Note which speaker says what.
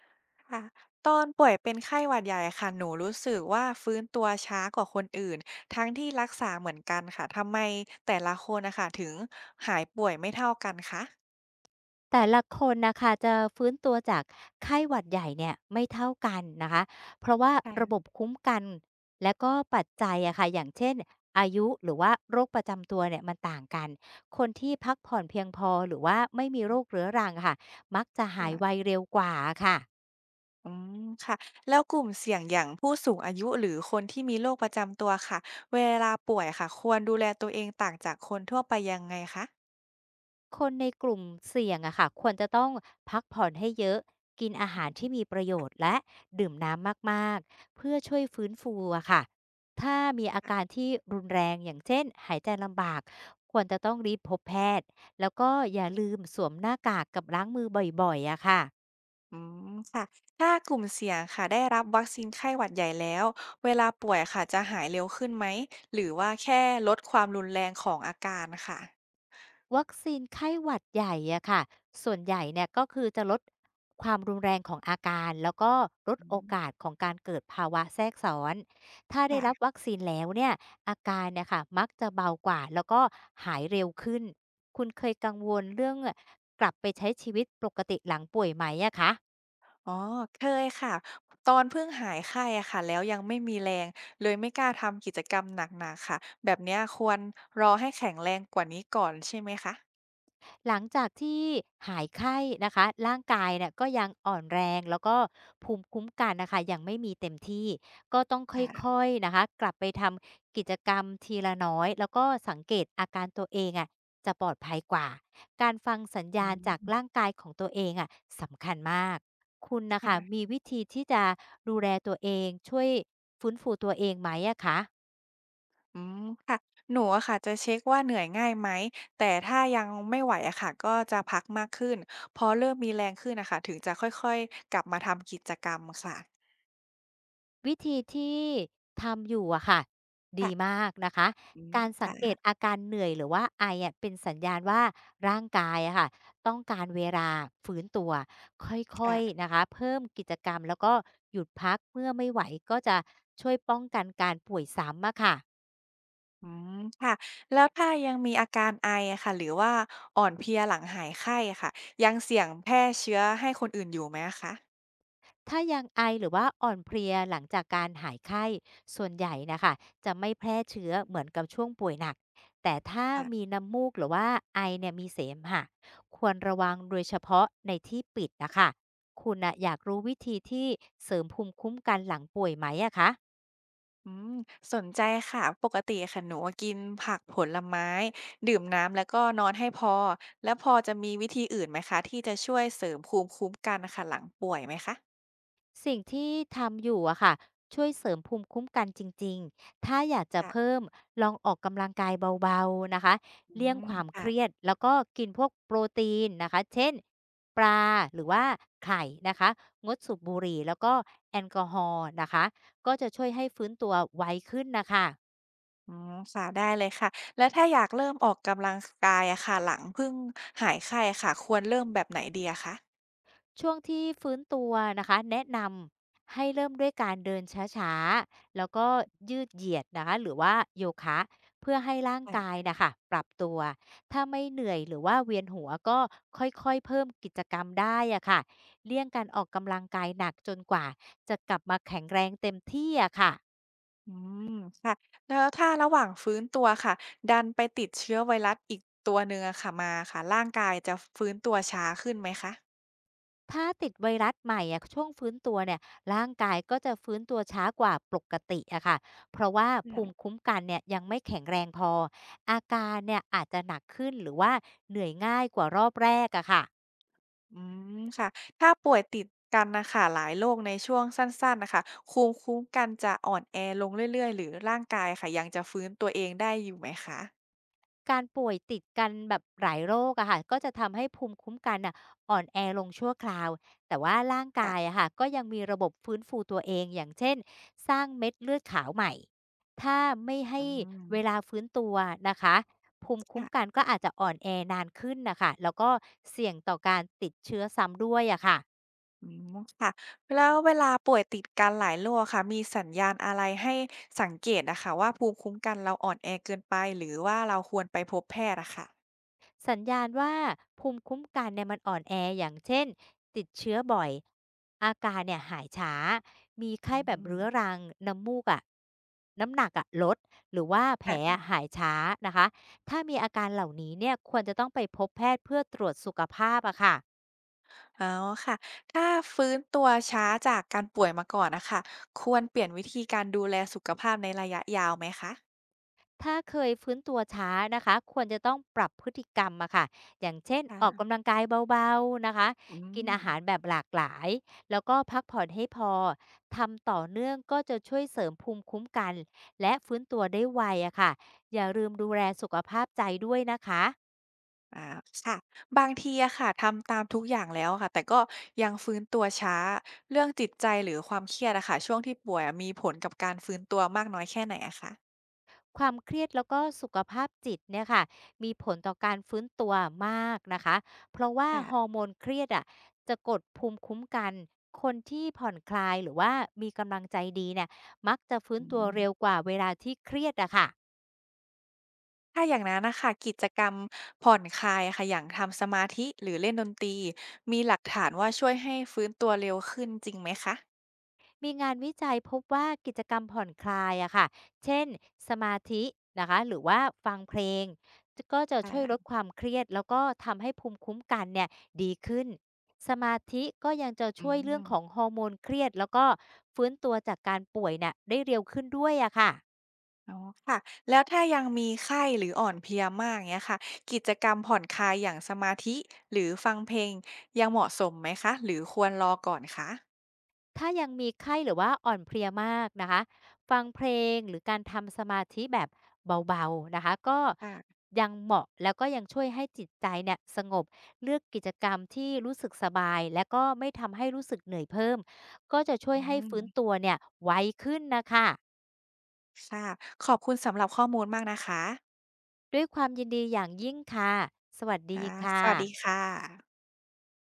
Speaker 1: ค่ะตอนป่วยเป็นไข้หวัดใหญ่ค่ะ หนูรู้สึกว่าฟื้นตัวช้ากว่าคนอื่น ทั้งที่รักษาเหมือนกันค่ะ ทำไมแต่ละคนนะคะถึงหายป่วยไม่เท่ากันคะ
Speaker 2: แต่ละคนนะคะจะฟื้นตัวจากไข้หวัดใหญ่เนี่ยไม่เท่ากันนะคะเพราะว่าระบบ
Speaker 1: ค่ะ
Speaker 2: คุ้มกันและก็ปัจจัยอะค่ะอย่างเช่นอายุหรือว่าโรคประจำตัวเนี่ยมันต่างกันคนที่พักผ่อนเพียงพอหรือว่าไม่มีโรคเรื้อรังอะค่ะมักจะหายไว
Speaker 1: ค่ะ
Speaker 2: เร็วกว่าค่ะ
Speaker 1: อืมค่ะ แล้วกลุ่มเสี่ยงอย่างผู้สูงอายุหรือคนที่มีโรคประจำตัวค่ะ เวลาป่วยค่ะ ควรดูแลตัวเองต่างจากคนทั่วไปยังไงคะ
Speaker 2: คนในกลุ่มเสี่ยงอะค่ะควรจะต้องพักผ่อนให้เยอะกินอา
Speaker 1: อื
Speaker 2: หารที่
Speaker 1: ม
Speaker 2: มีประโยชน์และดื่มน้ำมากๆเพื่อช่วยฟื้นฟูอะค่ะถ้ามีอาการที่รุนแรงอย่างเช่นหายใจลำบากควรจะต้องรีบพบแพทย์แล้วก็อย่าลืมสวมหน้ากากกับล้างมือบ่อยๆอะค่ะ
Speaker 1: อืมค่ะถ้ากลุ่มเสี่ยงค่ะได้รับวัคซีนไข้หวัดใหญ่แล้ว เวลาป่วยค่ะจะหายเร็วขึ้นไหม หรือว่าแค่ลดความรุนแรงของอาการค่ะ
Speaker 2: วัคซีนไข้หวัดใหญ่อะค่ะส่วนใหญ่เนี่ยก็คือจะลดความรุนแรงของอาการ แล้วก็ลด
Speaker 1: อื
Speaker 2: โอกา
Speaker 1: ม
Speaker 2: สของการเกิดภาวะแทรกซ้อน ถ้าได้รับ
Speaker 1: ค่ะ
Speaker 2: วัคซีนแล้วเนี่ยอาการเนี่ยค่ะมักจะเบากว่าแล้วก็หายเร็วขึ้น คุณเคยกังวลเรื่องกลับไปใช้ชีวิตปกติหลังป่วยไหมอะคะ
Speaker 1: อ๋อเคยค่ะ ตอนเพิ่งหายไข้อะค่ะแล้วยังไม่มีแรงเลยไม่กล้าทำกิจกรรมหนักๆค่ะ แบบเนี้ยควรรอให้แข็งแรงกว่านี้ก่อนใช่ไหมคะ
Speaker 2: หลังจากที่หายไข้นะคะร่างกายเนี่ยก็ยังอ่อนแรงแล้วก็ภูมิคุ้มกันนะคะยังไม่มีเต็มที่ก็ต้อง
Speaker 1: ค่ะ
Speaker 2: ค่อยๆนะคะกลับไปทำกิจกรรมทีละน้อยแล้วก็สังเกตอาการตัวเองอะจะปลอดภัยกว่าการฟังสัญ
Speaker 1: อื
Speaker 2: ญาณจาก
Speaker 1: ม
Speaker 2: ร่างกายของตัวเองอะสำคัญมากคุณนะคะ
Speaker 1: ค่ะ
Speaker 2: มีวิธีที่จะดูแลตัวเองช่วยฟื้นฟูตัวเองไหมอะคะ
Speaker 1: อืมค่ะหนูอะค่ะจะเช็กว่าเหนื่อยง่ายไหมแต่ถ้ายังไม่ไหวอะค่ะก็จะพักมากขึ้นพอเริ่มมีแรงขึ้นนะคะถึงจะค่อยๆกลับมาทำกิจกรรมค่ะ
Speaker 2: วิธีที่ทำอยู่อะค่ะ
Speaker 1: ค่ะ
Speaker 2: ดีมากนะคะ
Speaker 1: อืม
Speaker 2: การสังเกต
Speaker 1: ค่ะ
Speaker 2: อาการเหนื่อยหรือว่าไออะเป็นสัญญาณว่าร่างกายอะค่ะต้องการเวลาฟื้นตัวค่อย
Speaker 1: ค่ะ
Speaker 2: ๆนะคะเพิ่มกิจกรรมแล้วก็หยุดพักเมื่อไม่ไหวก็จะช่วยป้องกันการป่วยซ้ำอะค่ะ
Speaker 1: อืมค่ะแล้วถ้ายังมีอาการไออะค่ะหรือว่าอ่อนเพลียหลังหายไข้อะค่ะยังเสี่ยงแพร่เชื้อให้คนอื่นอยู่ไหมอะคะ
Speaker 2: ถ้ายังไอหรือว่าอ่อนเพลียหลังจากการหายไข้ส่วนใหญ่นะคะจะไม่แพร่เชื้อเหมือนกับช่วงป่วยหนักแต่ถ้ามี
Speaker 1: ค่ะ
Speaker 2: น้ำมูกหรือว่าไอเนี่ยมีเสมหะควรระวังโดยเฉพาะในที่ปิดนะคะคุณนะอยากรู้วิธีที่เสริมภูมิคุ้มกันหลังป่วยไหมอะคะ
Speaker 1: อืมสนใจค่ะปกติค่ะหนูกินผักผลไม้ดื่มน้ำแล้วก็นอนให้พอแล้วพอจะมีวิธีอื่นไหมคะที่จะช่วยเสริมภูมิคุ้มกันนะคะหลังป่วยไหมคะ
Speaker 2: สิ่งที่ทำอยู่อะค่ะช่วยเสริมภูมิคุ้มกันจริงๆ ถ้าอยากจะ
Speaker 1: ค่ะ
Speaker 2: เพิ่มลองออกกำลังกายเบาๆนะคะ
Speaker 1: อื
Speaker 2: เลี่ยง
Speaker 1: ม
Speaker 2: ความเค
Speaker 1: ค่ะ
Speaker 2: รียดแล้วก็กินพวกโปรตีนนะคะเช่นปลาหรือว่าไข่นะคะงดสูบบุหรี่แล้วก็แอลกอฮอล์นะคะก็จะช่วยให้ฟื้นตัวไวขึ้นนะคะ
Speaker 1: อืมค่ะได้เลยค่ะแล้วถ้าอยากเริ่มออกกำลังกายอะค่ะหลังเพิ่งหายไข้อะค่ะควรเริ่มแบบไหนดีอะคะ
Speaker 2: ช่วงที่ฟื้นตัวนะคะแนะนำให้เริ่มด้วยการเดินช้าๆแล้วก็ยืดเหยียดนะคะหรือว่าโยคะเพื่อให้ร่าง
Speaker 1: ค่
Speaker 2: กาย
Speaker 1: ะ
Speaker 2: นะคะปรับตัวถ้าไม่เหนื่อยหรือว่าเวียนหัวก็ค่อยๆเพิ่มกิจกรรมได้อะค่ะเลี่ยงการออกกำลังกายหนักจนกว่าจะกลับมาแข็งแรงเต็มที่อะค่ะ
Speaker 1: อืมค่ะแล้วถ้าระหว่างฟื้นตัวค่ะดันไปติดเชื้อไวรัสอีกตัวหนึ่งอะค่ะมาค่ะร่างกายจะฟื้นตัวช้าขึ้นไหมค
Speaker 2: ถ้าติดไวรัสใหม่อะช่วงฟื้นตัวเนี่ยร่างกายก็จะฟื้นตัวช้ากว่าปกติอะค่ะเพราะว่าภูมิ
Speaker 1: ะ
Speaker 2: คุ้มกันเนี่ยยังไม่แข็งแรงพออาการเนี่ยอาจจะหนักขึ้นหรือว่าเหนื่อยง่ายกว่ารอบแรกอะค่ะ
Speaker 1: อืมค่ะถ้าป่วยติดกันนะคะหลายโรคในช่วงสั้นๆนะคะภูมิคุ้มกันจะอ่อนแอลงเรื่อยๆหรือร่างกายค่ะยังจะฟื้นตัวเองได้อยู่ไหมคะ
Speaker 2: การป่วยติดกันแบบหลายโรคอะค่ะก็จะทำให้ภูมิคุ้มกันน่ะอ่อนแอลงชั่วคราวแต่ว่าร่างกาย
Speaker 1: ค่ะ
Speaker 2: อะค่ะก็ยังมีระบบฟื้นฟูตัวเองอย่างเช่นสร้างเม็ดเลือดขาวใหม่ถ้าไม่ให้
Speaker 1: อืม
Speaker 2: เวลาฟื้นตัวนะคะภูมิคุ้มกัน
Speaker 1: ค่ะ
Speaker 2: ก็อาจจะอ่อนแอนานขึ้นนะคะแล้วก็เสี่ยงต่อการติดเชื้อซ้ำด้วยอะค่ะ
Speaker 1: อืมค่ะแล้วเวลาป่วยติดกันหลายโรคอะค่ะมีสัญญาณอะไรให้สังเกตอะค่ะว่าภูมิคุ้มกันเราอ่อนแอเกินไปหรือว่าเราควรไปพบแพทย์อะค่ะ
Speaker 2: สัญญาณว่าภูมิคุ้มกันเนี่ยมันอ่อนแออย่างเช่นติดเชื้อบ่อยอาการเนี่ยหายช้ามีไข้
Speaker 1: อื
Speaker 2: แบบ
Speaker 1: ม
Speaker 2: เรื้อรังน้ำมูกอะะน้ำหนักอะะลดหรือว่าแผ
Speaker 1: ค
Speaker 2: ลอะ
Speaker 1: ่ะ
Speaker 2: หายช้านะคะถ้ามีอาการเหล่านี้เนี่ยควรจะต้องไปพบแพทย์เพื่อตรวจสุขภาพอะค่ะ
Speaker 1: อ๋อค่ะถ้าฟื้นตัวช้าจากการป่วยมาก่อนนะคะควรเปลี่ยนวิธีการดูแลสุขภาพในระยะยาวไหมคะ
Speaker 2: ถ้าเคยฟื้นตัวช้านะคะควรจะต้องปรับพฤติกรรมอะค่ะอย่างเช่นออก
Speaker 1: อ
Speaker 2: กำลังกายเบาๆนะคะ
Speaker 1: อื
Speaker 2: กิน
Speaker 1: ม
Speaker 2: อาหารแบบหลากหลายแล้วก็พักผ่อนให้พอทำต่อเนื่องก็จะช่วยเสริมภูมิคุ้มกันและฟื้นตัวได้ไวอะค่ะอย่าลืมดูแลสุขภาพใจด้วยนะคะ
Speaker 1: อาค่ะบางทีอะค่ะทำตามทุกอย่างแล้วค่ะแต่ก็ยังฟื้นตัวช้าเรื่องจิตใจหรือความเครียดอะค่ะช่วงที่ป่วยอะมีผลกับการฟื้นตัวมากน้อยแค่ไหนอะคะ
Speaker 2: ความเครียดแล้วก็สุขภาพจิตเนี่ยค่ะมีผลต่อการฟื้นตัวมากนะคะเพราะว่า
Speaker 1: ค่ะ
Speaker 2: ฮอร์โมนเครียดอะจะกดภูมิคุ้มกันคนที่ผ่อนคลายหรือว่ามีกำลังใจดีเนี่ยมักจะฟื้น
Speaker 1: อื
Speaker 2: ตัว
Speaker 1: ม
Speaker 2: เร็วกว่าเวลาที่เครียดอะค่ะ
Speaker 1: ถ้าอย่างนั้นนะคะกิจกรรมผ่อนคลายค่ะอย่างทำสมาธิหรือเล่นดนตรีมีหลักฐานว่าช่วยให้ฟื้นตัวเร็วขึ้นจริงไหมคะ
Speaker 2: มีงานวิจัยพบว่ากิจกรรมผ่อนคลายอะค่ะเช่นสมาธินะคะหรือว่าฟังเพลงก็จะช่วยลดความเครียดแล้วก็ทำให้ภูมิคุ้มกันเนี่ยดีขึ้นสมาธิก็ยังจะ
Speaker 1: อื
Speaker 2: ช่วยเรื่องของ
Speaker 1: ม
Speaker 2: ฮอร์โมนเครียดแล้วก็ฟื้นตัวจากการป่วยเนี่ยได้เร็วขึ้นด้วยอะค่ะ
Speaker 1: อ๋อค่ะแล้วถ้ายังมีไข้หรืออ่อนเพลียมากเงี้ยค่ะกิจกรรมผ่อนคลายอย่างสมาธิหรือฟังเพลงยังเหมาะสมไหมคะหรือควรรอก่อนคะ
Speaker 2: ถ้ายังมีไข้หรือว่าอ่อนเพลียมากนะคะฟังเพลงหรือการทำสมาธิแบบเบาๆนะคะก็
Speaker 1: ค่ะ
Speaker 2: ยังเหมาะแล้วก็ยังช่วยให้จิตใจเนี่ยสงบเลือกกิจกรรมที่รู้สึกสบายและก็ไม่ทำให้รู้สึกเหนื่อยเพิ่มก็จะช่ว
Speaker 1: อื
Speaker 2: ยให้
Speaker 1: ม
Speaker 2: ฟื้นตัวเนี่ยไวขึ้นนะคะ
Speaker 1: ค่ะขอบคุณสำหรับข้อมูลมากนะคะ
Speaker 2: ด้วยความยินดีอย่างยิ่งค่ะสวัสดี
Speaker 1: ค่ะส
Speaker 2: ค่ะ
Speaker 1: วัสดีค่ะ